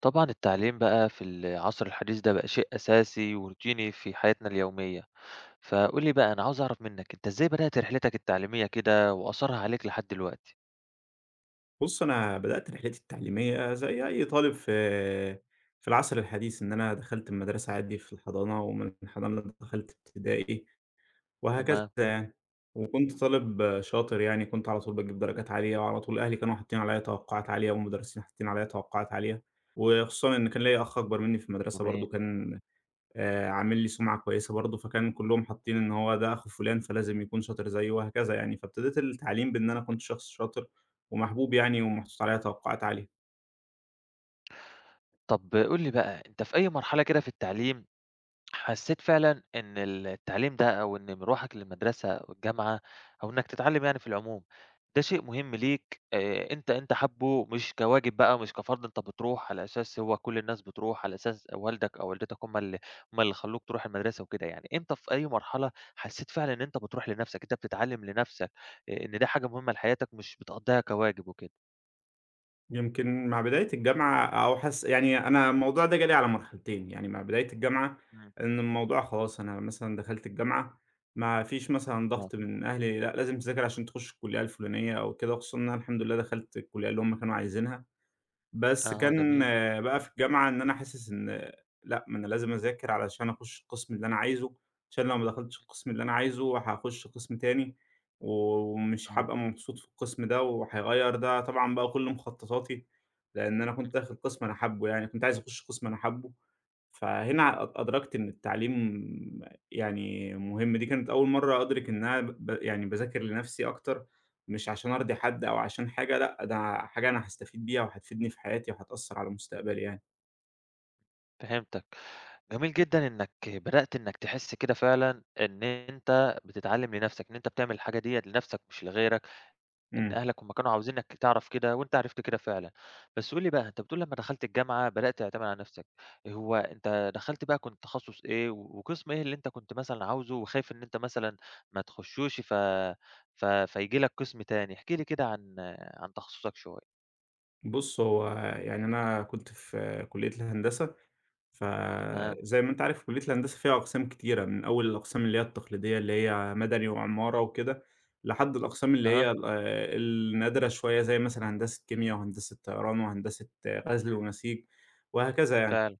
طبعًا التعليم بقى في العصر الحديث ده بقى شيء أساسي وروتيني في حياتنا اليومية، فقُل لي بقى أنا عاوز أعرف منّك أنت إزاي بدأت رحلتك التعليمية كده وأثرها عليك لحد دلوقتي؟ بُص، أنا بدأت رحلتي التعليمية زي أي طالب في العصر الحديث، إن أنا دخلت المدرسة عادي في الحضانة، ومن الحضانة دخلت ابتدائي وهكذا تمام، يعني. وكنت طالب شاطر يعني، كنت على طول باجيب درجات عالية، وعلى طول أهلي كانوا حاطين عليَّ توقعات عالية، والمدرسين حاطين عليَّ توقعات عالية، وخصوصًا إن كان ليّا أخ أكبر مني في المدرسة برضه جميل. كان عامل لي سُمعة كويسة برضه، فكان كلّهم حاطين إن هو ده أخو فُلان فلازم يكون شاطر زيّه وهكذا يعني، فابتديت التعليم بإن أنا كنت شخص شاطر ومحبوب يعني ومحطوط عليّا توقعات عالية. طَب قُل لي بقى أنت في أي مرحلة كده في التعليم حسيت فعلًا إن التعليم ده أو إن مروحك للمدرسة أو الجامعة أو إنك تتعلم يعني في العموم، ده شيء مهم ليك أنت حابّه مش كواجب بقى مش كفرض أنت بتروح على أساس هو كل الناس بتروح، على أساس والدك أو والدتك هم اللي خلّوك تروح المدرسة وكده يعني، إمتى في أي مرحلة حسيت فعلًا إن أنت بتروح لنَفْسك، أنت بتتعلم لنَفْسك، إن ده حاجة مهمة لحياتك مش بتقضّيها كواجب وكده؟ يمكن مع بداية الجامعة أو حس يعني أنا الموضوع ده جالي على مرحلتين، يعني مع بداية الجامعة إمم، إن الموضوع خلاص أنا مثلًا دخلت الجامعة ما فيش مثلًا آه، ضغط من أهلي لأ لازم تذاكر عشان تخُش الكلية الفُلانية أو كده، وخصوصًا إن أنا الحمد لله دخلت الكلية اللي هُم كانوا عايزينها. بس آه، كان جميل، آه، بقى في الجامعة إن أنا حاسس إن آه، لأ، ما أنا لازم أذاكر علشان أخُش القسم اللي أنا عايزه، عشان لو ما دخلتش القسم اللي أنا عايزه هاخُش قسم تاني، ومش آه. هابقى مبسوط في القسم ده وهيغيّر ده طبعًا بقى كل مخططاتي، لإن أنا كنت داخل قسم أنا حابه يعني، كنت عايز أخُش قسم أنا حابه. فهنا أدركت إن التعليم يعني مهم، دي كانت أول مرّة أدرك إن أنا يعني باذاكر لنفسي أكتر، مش عشان أرضي حد أو عشان حاجة لأ، ده حاجة أنا هاستفيد بيها وهتفيدني في حياتي وهتأثّر على مستقبلي يعني. فهمتك. جميل جدًا إنّك بدأت إنّك تحس كده فعلًا إن أنت بتتعلّم لنَفْسك، إن أنت بتعمل الحاجة ديّة لنَفْسك مش لغيرك، إن إمم، أهلك هم كانوا عاوزين إنّك تعرف كده وأنت عرفت كده فعلًا. بس قُل لي بقى، أنت بتقول لمّا دخلت الجامعة بدأت تعتمد على نَفْسك، هو أنت دخلت بقى كنت تخصُّص إيه وقسم إيه اللي أنت كنت مثلًا عاوزه وخايف إن أنت مثلًا ما تخشّوش ف ف فييجي لك قسم تاني؟ احكِ لي كده عن تخصُّصك شوية. بُص هو يعني أنا كنت في كلية الهندسة تمام. فزي ما أنت عارف كلية الهندسة فيها أقسام كتيرة، من أول الأقسام اللي هي التقليدية اللي هي مدني وعمارة وكده، لحد الأقسام اللي هي أها. ال النادرة شوية زي مثلًا هندسة كيميا وهندسة طيران وهندسة آه، غزل إمم. ونسيج وهكذا يعني. فعلًا،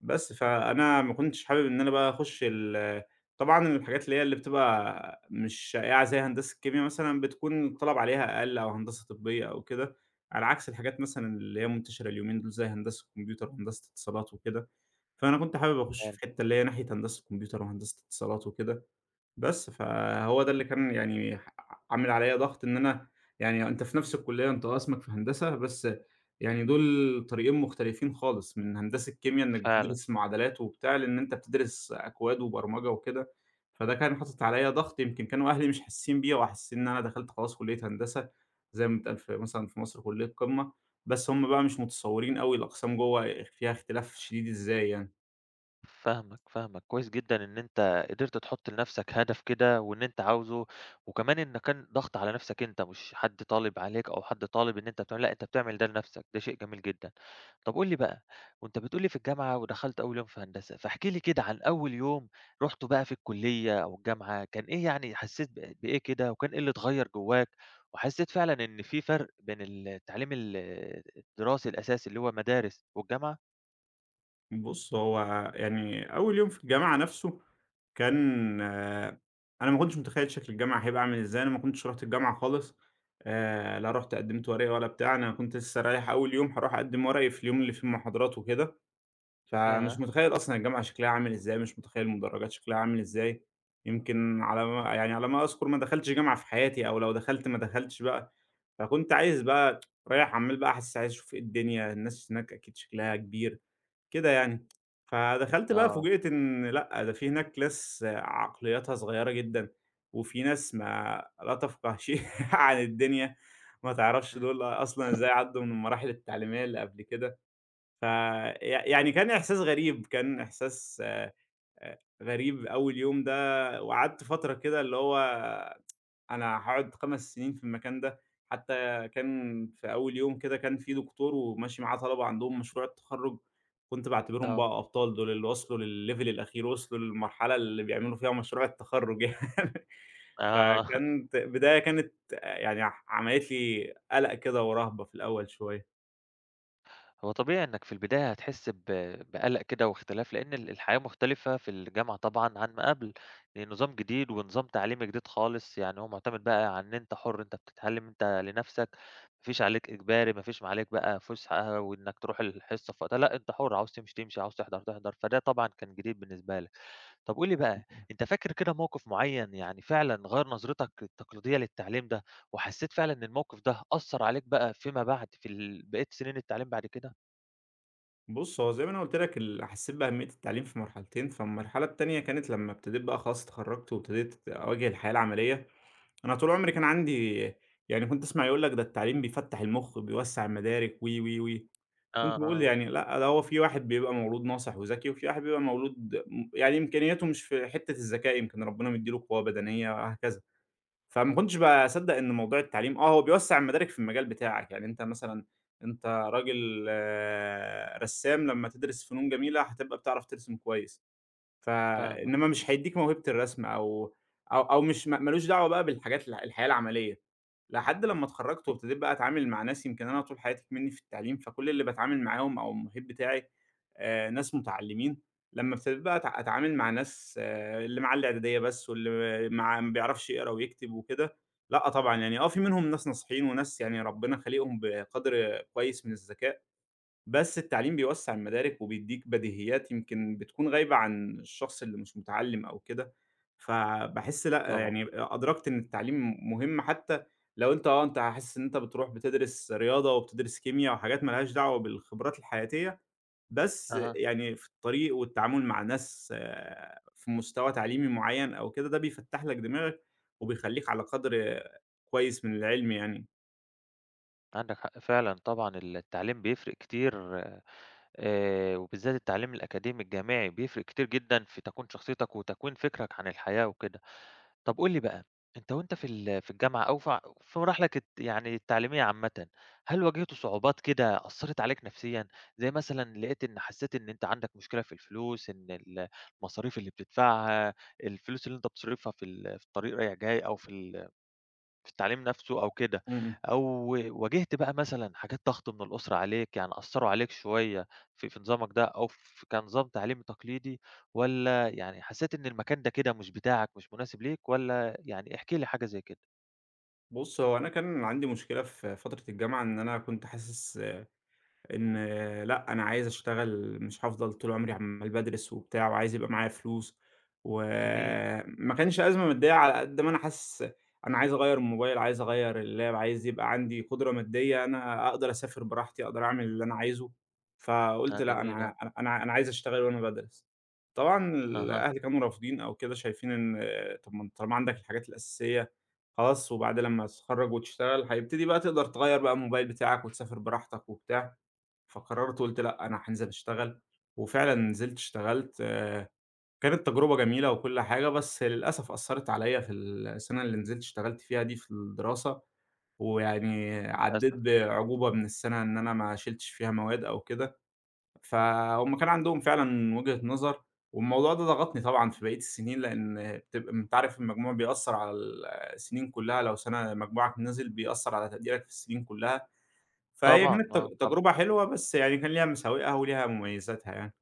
بس، فأنا ما كنتش حابب إن أنا بقى أخُش ال طبعًا الحاجات اللي هي اللي بتبقى مش شائعة زي هندسة الكيميا مثلًا بتكون الطلب عليها أقل أو هندسة طبية أو كده، على عكس الحاجات مثلًا اللي هي منتشرة اليومين دول زي هندسة الكمبيوتر وهندسة اتصالات وكده، فأنا كنت حابب أخُش في فعلًا، الحتّة اللي هي ناحية هندسة كمبيوتر وهندسة اتصالات وكده. بس، فهو ده اللي كان يعني عامل عليّا ضغط إن أنا يعني أنت في نفس الكلية، أنت قسمك في هندسة، بس يعني دول طريقين مختلفين خالص، من هندسة كيميا إنك فعلًا. بتدرس معادلات وبتاع، لإن أنت بتدرس أكواد وبرمجة وكده، فده كان حاطط عليّا ضغط يمكن كانوا أهلي مش حاسين بيه أو حاسين إن أنا دخلت خلاص كلية هندسة، زي ما بيتقال في مثلًا في مصر كلية قمة، بس هُم بقى مش متصورين أوي الأقسام جوّه فيها اختلاف شديد إزاي يعني. فاهمك، فاهمك، كويس جدًا إن أنت قدرت تحُط لنَفْسك هدف كده وإن أنت عاوزه، وكمان إن كان ضغط على نَفْسك أنت مش حد طالب عليك أو حد طالب إن أنت بتعمل لأ، أنت بتعمل ده لنَفْسك، ده شيء جميل جدًا. طَب قُل لي بقى، وأنت بتقول لي في الجامعة ودخلت أول يوم في هندسة، فاحكِ لي كده عن أول يوم رُحته بقى في الكُلّية أو الجامعة، كان إيه يعني حسّيت بإيه كده وكان إيه اللي اتغيّر جوّاك وحسّيت فعلًا إن في فرق بين التعليم الدراسي الأساسي اللي هو مدارس والجامعة؟ بُص، هو يعني أول يوم في الجامعة نَفْسه كان آه، أنا ما كنتش متخيّل شكل الجامعة هيبقى عامل إزاي، أنا ما كنتش رُحت الجامعة خالص لا رُحت قدّمت ورقي ولا بتاع، أنا كنت لسه رايح أول يوم هاروح أقدّم ورقي في اليوم اللي فيه المحاضرات وكده، فمش ياه! متخيّل أصلًا الجامعة شكلها عامل إزاي، مش متخيّل المدرجات شكلها عامل إزاي، يمكن على ما يعني على ما أذكر ما دخلتش جامعة في حياتي أو لو دخلت ما دخلتش بقى، فكنت عايز بقى رايح عمّال بقى أحسّ عايز أشوف إيه الدنيا، الناس هناك أكيد شكلها كبير، كده يعني. فدخلت بقى آه. فوجئت إن لأ، ده في هناك ناس عقلياتها صغيرة جدًا، وفي ناس ما لا تفقه شيء عن الدنيا، ما تعرفش إمم، دول أصلًا إزاي عدّوا من المراحل التعليمية اللي قبل كده. ف يع يعني كان إحساس غريب، كان إحساس غريب أول يوم ده، وقعدت فترة كده اللي هو أنا هاقعد 5 سنين في المكان ده، حتى كان في أول يوم كده كان في دكتور وماشي معاه طلبة عندهم مشروع التخرُّج، كنت باعتبرهم آه. بقى أبطال دول اللي وصلوا للlevel الأخير، وصلوا للمرحلة اللي بيعملوا فيها مشروع التخرُّج يعني آه، فكانت بداية كانت يعني عملت لي قلق كده ورهبة في الأول شوية. هو طبيعي إنك في البداية هتحس بقلق كده واختلاف، لإن الحياة مختلفة في الجامعة طبعًا عن ما قبل، لأن نظام جديد ونظام تعليمي جديد خالص، يعني هو معتمد بقى على إن أنت حُر، أنت بتتعلم أنت لنفسك، ما فيش عليك إجباري، ما فيش عليك بقى فُسحة وإنك تروح الحصة في وقتها، لأ أنت حُر، عاوز تمشي تمشي، عاوز تحضر تحضر، فده طبعًا كان جديد بالنسبة لك. طب قُل لي بقى، أنت فاكر كده موقف معيّن يعني فعلًا غيّر نظرتك التقليدية للتعليم ده، وحسّيت فعلًا إن الموقف ده أثّر عليك بقى فيما بعد في بقية سنين التعليم بعد كده؟ بُص، هو زي ما أنا قُلت لك ال حسيت بأهمية التعليم في مرحلتين، فالمرحلة التانية كانت لمّا ابتديت بقى خلاص اتخرّجت وابتديت أواجه الحياة العملية. أنا طول عمري كان عندي يعني كنت أسمع يقول لك ده التعليم بيفتّح المُخ، بيوسّع المدارك و. كنت آه، باقول آه، يعني لأ، ده هو في واحد بيبقى مولود ناصح وذكي، وفي واحد بيبقى مولود يعني إمكانياته مش في حتّة الذكاء، يمكن ربنا مدّي له قوة بدنية وهكذا. فما كنتش باصدّق إن موضوع التعليم آه، هو بيوسّع المدارك في المجال بتاعك، يعني أنت مثلًا أنت راجل آه، رسّام لمّا تدرس فنون جميلة هتبقى بتعرف ترسم كويس. ف فاهمك، إنما إمم. مش هيدّيك موهبة الرسم أو أو مش ما لوش دعوة بقى بالحاجات الح الحياة العملية. لحد لمّا اتخرّجت وابتديت بقى أتعامل مع ناس يمكن أنا طول حياتي إكمنّي في التعليم، فكل اللي باتعامل معاهم أو المحيط بتاعي ناس متعلّمين، لمّا ابتديت بقى أتعامل مع ناس آه، اللي معاه الإعدادية بس واللي مع ما بيعرفش يقرا ويكتب وكده، لأ طبعًا، يعني آه في منهم ناس ناصحين وناس يعني ربنا خالقهم بقدر كويس من الذكاء بس التعليم بيوسّع المدارك وبيدّيك بديهيات يمكن بتكون غايبة عن الشخص اللي مش متعلّم أو كده، فباحس أكيد لأ، طبعًا، يعني أدركت إن التعليم مهم حتى لو أنت آه، أنت حاسس إن أنت بتروح بتدرس رياضة وبتدرس كيميا وحاجات ما لهاش دعوة بالخبرات الحياتية، بس أها، يعني في الطريق والتعامل مع ناس آه، في مستوى تعليمي معيّن أو كده، ده بيفتّح لك دماغك وبيخلّيك على قدر كويس من العلم يعني. عندك حق فعلًا طبعًا التعليم بيفرق كتير وبالذات التعليم الأكاديمي الجامعي بيفرق كتير جدًا في تكوين شخصيتك وتكوين فكرك عن الحياة وكده. طب قُل لي بقى، أنت في ال في الجامعة أو في مراحلك يعني التعليمية عامةً، هل واجهت صعوبات كده أثّرت عليك نفسيًا؟ زي مثلًا لقيت إن حسّيت إن أنت عندك مشكلة في الفلوس، إن المصاريف اللي بتدفعها، الفلوس اللي أنت بتصرفها في ال في الطريق رايح جاي أو في ال في التعليم نفسه أو كده، إمم، إمم. أو واجهت بقى مثلًا حاجات ضغط من الأسرة عليك، يعني أثّروا عليك شوية في نظامك ده أو كنظام تعليمي تقليدي والّا يعني حسّيت إن المكان ده كده مش بتاعك، مش مناسب ليك والّا يعني احكِ لي حاجة زي كده؟ بُص، هو أنا كان عندي مشكلة في فترة الجامعة إن أنا كنت حاسس إن آه، لأ، أنا عايز أشتغل مش هافضل طول عمري عمّال بادرس وبتاع وعايز يبقى معايا فلوس، جميل، وما كانش أزمة مادية على قد ما أنا حاسس أنا عايز أغيّر الموبايل، عايز أغيّر اللاب، عايز يبقى عندي قدرة مادية أنا أقدر أسافر براحتي، أقدر أعمل اللي أنا عايزه، آه فقُلت لأ، جميل، آه، أنا عايز أشتغل وأنا بادرس. طبعًا أها، الأهل كانوا رافضين أو كده شايفين إن آه، طَب ما أنت طالما عندك الحاجات الأساسية خلاص وبعد إمم، لمّا تتخرّج وتشتغل هيبتدي بقى تقدر تغيّر بقى الموبايل بتاعك وتسافر براحتك وبتاع. فقررت وقُلت لأ، أنا هانزل أشتغل، وفعلًا نزلت اشتغلت كانت تجربة جميلة وكل حاجة، بس للأسف أثّرت عليَّ في السنة اللي نزلت اشتغلت فيها دي في الدراسة، ويعني عدّيت للأسف، بعجوبة من السنة إن أنا ما شيلتش فيها مواد أو كده، فهُم كان عندهم فعلًا وجهة نظر، والموضوع ده ضغطني طبعًا في بقية السنين، لإن بتبقى أنت عارف المجموع بيأثّر على ال السنين كلّها، لو سنة مجموعك نزل بيأثّر على تقديرك في السنين كلّها. فهي طبعًا، كانت آه طبعًا. تجربة حلوة، بس يعني كان ليها مساوئها وليها مميزاتها يعني.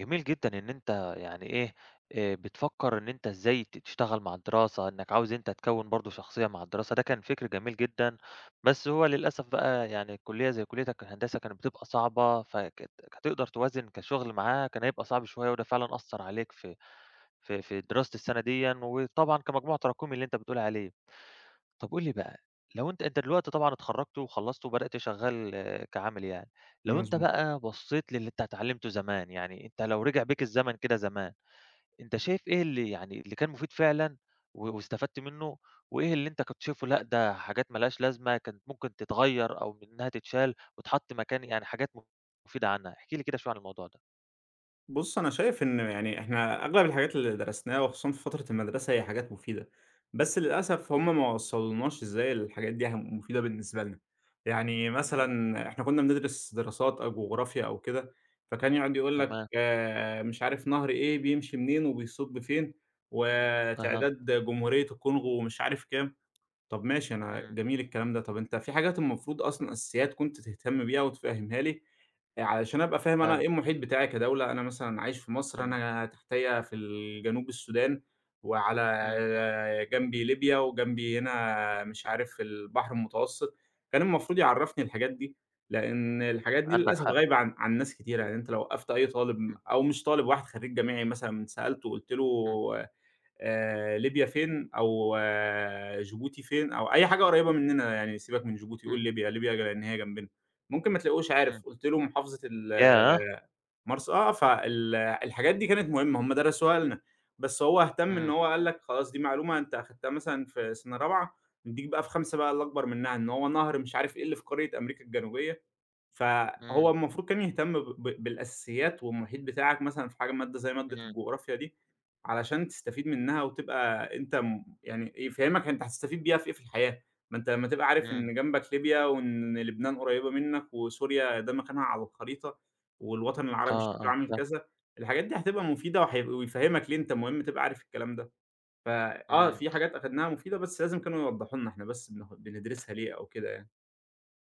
جميل جدًا إن أنت يعني إيه، بتفكّر إن أنت إزاي تشتغل مع الدراسة، إنّك عاوز أنت تكوّن برضه شخصية مع الدراسة، ده كان فكر جميل جدًا، بس هو للأسف بقى يعني كُلّية زي كُلّيتك الهندسة كانت بتبقى صعبة، فكانت هتقدر توازن كشغل معاها كان هيبقى صعب شوية وده فعلًا أثّر عليك في دراسة السنة ديًا وطبعًا كمجموع تراكمي اللي أنت بتقول عليه. طب قُل لي بقى، لو أنت دلوقتي طبعًا اتخرّجت وخلّصت وبدأت شغّال آه، كعامل يعني، لو أنت مضبوط. بقى بصّيت للي أنت اتعلّمته زمان، يعني أنت لو رجع بيك الزمن كده زمان، أنت شايف إيه اللي يعني اللي كان مفيد فعلًا واستفدت منّه، وإيه اللي أنت كنت شايفه لأ، ده حاجات ما لهاش لازمة كانت ممكن تتغيّر أو إنّها تتشال وتتحط مكان يعني حاجات مفيدة عنها؟ احكِ لي كده شوية عن الموضوع ده. بُص، أنا شايف إن يعني إحنا أغلب الحاجات اللي درسناها وخصوصًا في فترة المدرسة هي حاجات مفيدة، بس للأسف إمم، هم ما وصّلوناش إزاي الحاجات دي هم مفيدة بالنسبة لنا. يعني إمم، مثلًا إحنا كنا بندرس دراسات أو جغرافيا أو كده، فكان يقعد يقول لك تمام، مش عارف نهر إيه بيمشي منين وبيصُب فين، أها، وتعداد جمهورية الكونغو ومش عارف كام. طب ماشي أنا إمم، جميل الكلام ده، طب أنت في حاجات المفروض أصلًا أساسيات كنت تهتم بيها وتفهّمها لي، علشان أبقى فاهم أنا فعلًا، إيه المحيط بتاعي كدولة، أنا مثلًا عايش في مصر، إمم، أنا تحتيّا في الجنوب السودان، إمم، وعلى جنبي ليبيا، وجنبي هنا مش عارف البحر المتوسط، كان المفروض يعرّفني الحاجات دي، لإن الحاجات دي عندك للأسف حق، غايبة عن ناس كتيرة، يعني أنت لو وقّفت أي طالب إمم، أو مش طالب واحد خريج جامعي مثلًا سألته وقُلت له إمم، ليبيا فين أو آه، جيبوتي فين أو أي حاجة قريّبة مننا، يعني سيبك من جيبوتي قُل إمم، ليبيا، ليبيا لإن هي جنبنا، ممكن ما تلاقوش عارف، إمم، قُلت له محافظة ال ياه! آه، مرسى آه، فال الحاجات دي كانت مهمة، هم درسوها لنا، بس هو اهتم إن إمم، هو قال لك خلاص دي معلومة أنت أخدتها مثلًا في سنة رابعة، ندّيك بقى في خمسة بقى اللي أكبر منها، إن هو نهر مش عارف إيه اللي في قارة أمريكا الجنوبية فهو إمم. المفروض كان يهتم ب ب بالأساسيات والمحيط بتاعك مثلًا في حاجة مادة زي مادة إمم، الجغرافيا دي، علشان تستفيد منها وتبقى أنت م يعني يفهمك أنت هتستفيد بيها في إيه في الحياة، ما أنت لمّا تبقى عارف إمم. إن جنبك ليبيا وإن لبنان قريبة منك وسوريا ده مكانها على الخريطة، والوطن آه، العربي شكله آه، عامل فاهم. كذا، الحاجات دي هتبقى مفيدة وهي ويفهمك ليه أنت مهم تبقى عارف الكلام ده، فآه إمم، في حاجات أخدناها مفيدة بس لازم كانوا يوضحوا لنا إحنا بس بندرسها ليه أو كده يعني.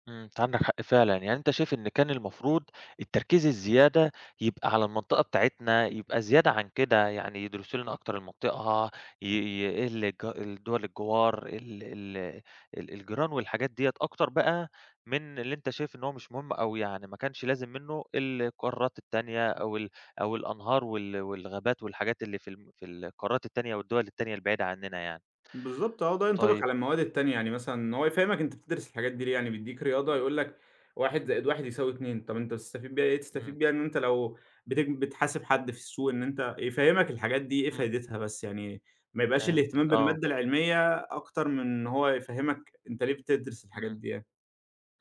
إمم، أنت عندك حق فعلًا، يعني أنت شايف إن كان المفروض التركيز الزيادة يبقى على المنطقة بتاعتنا، يبقى زيادة عن كده، يعني يدرسوا لنا أكتر المنطقة، ي ي إيه اللي الدول الجوار، ال ال ال الجيران والحاجات ديّة أكتر بقى من اللي أنت شايف إن هو مش مهم أوي يعني، ما كانش لازم منه القارات التانية أو الأنهار والغابات والحاجات اللي في الم في القارات التانية والدول التانية البعيدة عننا يعني. بالضبط آه، ده ينطبق طيب على المواد إمم، التانية، يعني مثلًا ان هو يفهمك أنت بتدرس الحاجات دي ليه، يعني بيدّيك رياضة يقول لك 1+1=2، طَب أنت بتستفيد بيها إيه؟ إمم، تستفيد بيها إن أنت لو بتحاسب حد في السوق إن أنت يفهمك الحاجات دي إيه إمم. فايدتها بس، يعني ما يبقاش الاهتمام فهمتك آه، بالمادة العلمية أكتر من إن هو يفهمك أنت ليه بتدرس الحاجات إمم، دي يعني.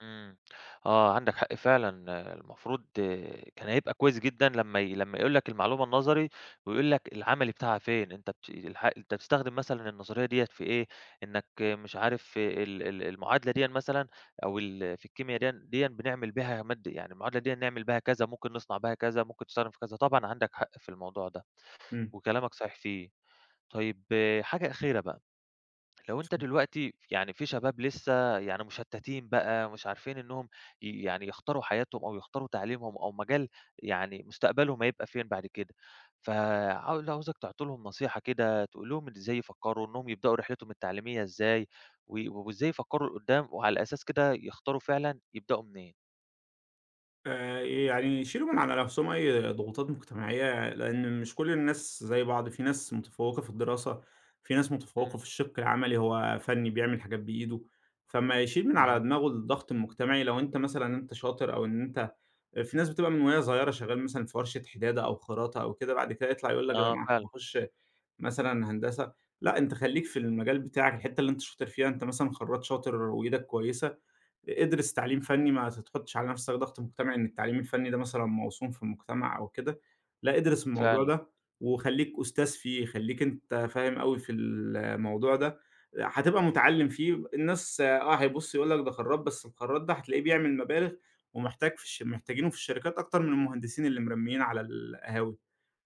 إمم، آه، عندك حق فعلًا آه، المفروض آه، كان هيبقى كويس جدًا لمّا يقول لك المعلومة النظري ويقول لك العملي بتاعها فين، أنت بت الح أنت بتستخدم مثلًا النظرية ديّة في إيه، إنك مش عارف آه، ال ال المعادلة ديًّا مثلًا أو ال في الكيميا ديًّا بنعمل بيها مادة يعني المعادلة ديًّا نعمل بيها كذا، ممكن نصنع بيها كذا، ممكن تستخدم في كذا، طبعًا عندك حق في الموضوع ده إمم. وكلامك صحيح فيه. طيب آه، حاجة أخيرة بقى. لو أنت دلوقتي يعني في شباب لسه يعني مشتتين بقى، مش عارفين إنهم يعني يختاروا حياتهم أو يختاروا تعليمهم أو مجال يعني مستقبلهم هيبقى فين بعد كده، عاوزك تعطي لهم نصيحة كده، تقول لهم إزاي يفكروا إنهم يبدأوا رحلتهم التعليمية إزاي، و وإزاي يفكروا لقدّام وعلى الأساس كده يختاروا فعلًا يبدأوا منين. يعني يشيلوا من على نَفْسهم أي ضغوطات مجتمعية، لإن مش كل الناس زي بعض، في ناس متفوّقة في الدراسة، في ناس متفوّقة إمم. في الشِق العملي هو فَنّي بيعمل حاجات بإيده، فأمّا يشيل من على أها. دماغه الضغط المجتمعي لو أنت مثلًا أنت شاطر أو إن أنت في ناس بتبقى من وهي صغيرة شغّال مثلًا في ورشة حدادة أو خراطة أو كده، بعد كده يطلع يقول لك ده آه أنا فعلًا، هاخُش مثلًا هندسة، لأ أنت خلّيك في المجال بتاعك، الحتّة اللي أنت شاطر فيها، أنت مثلًا خرّاط شاطر وإيدك كويسة ادرس تعليم إمم، فني، ما تحطّش على نفسك ضغط مجتمعي إن التعليم الفني ده مثلًا موسوم في المجتمع أو كده، لأ ادرس الموضوع فعلًا. ده وخلّيك أستاذ فيه، خلّيك أنت فاهم أوي في الموضوع ده، هتبقى متعلّم فيه، الناس آه هيبُص يقول لك ده خرّاط، بس الخرّاط ده هتلاقيه بيعمل مبالغ ومحتاج في محتاجينه في الشركات أكتر من المهندسين اللي مرميين على القهاوي.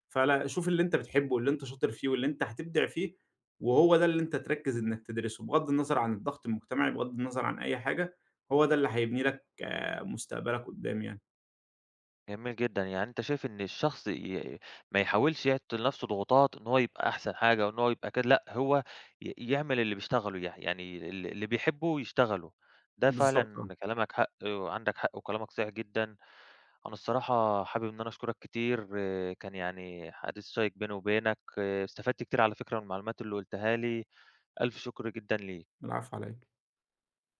فعلًا شوف اللي أنت بتحبه، واللي أنت شاطر فيه، واللي أنت هتبدع فيه، وهو ده اللي أنت تركّز إنك تدرسه، بغض النظر عن الضغط المجتمعي، بغض النظر عن أي حاجة، هو ده اللي هيبني لك آه، مستقبلك قدّام يعني. جميل جدًا، يعني أنت شايف إن الشخص ما يحاولش يحط لنفسه ضغوطات إن هو يبقى أحسن حاجة وإن هو يبقى كده، لأ هو يعمل اللي بيشتغله يعني اللي بيحبه يشتغله، ده بالضبط آه، فعلًا كلامك حق وعندك حق وكلامك صحيح جدًا، أنا الصراحة حابب إن أنا أشكرك كتير آه، كان يعني حديث شيّق بيني وبينك، آه، استفدت كتير على فكرة من المعلومات اللي قُلتها لي، ألف شكر جدًا ليك. العفو على إيه.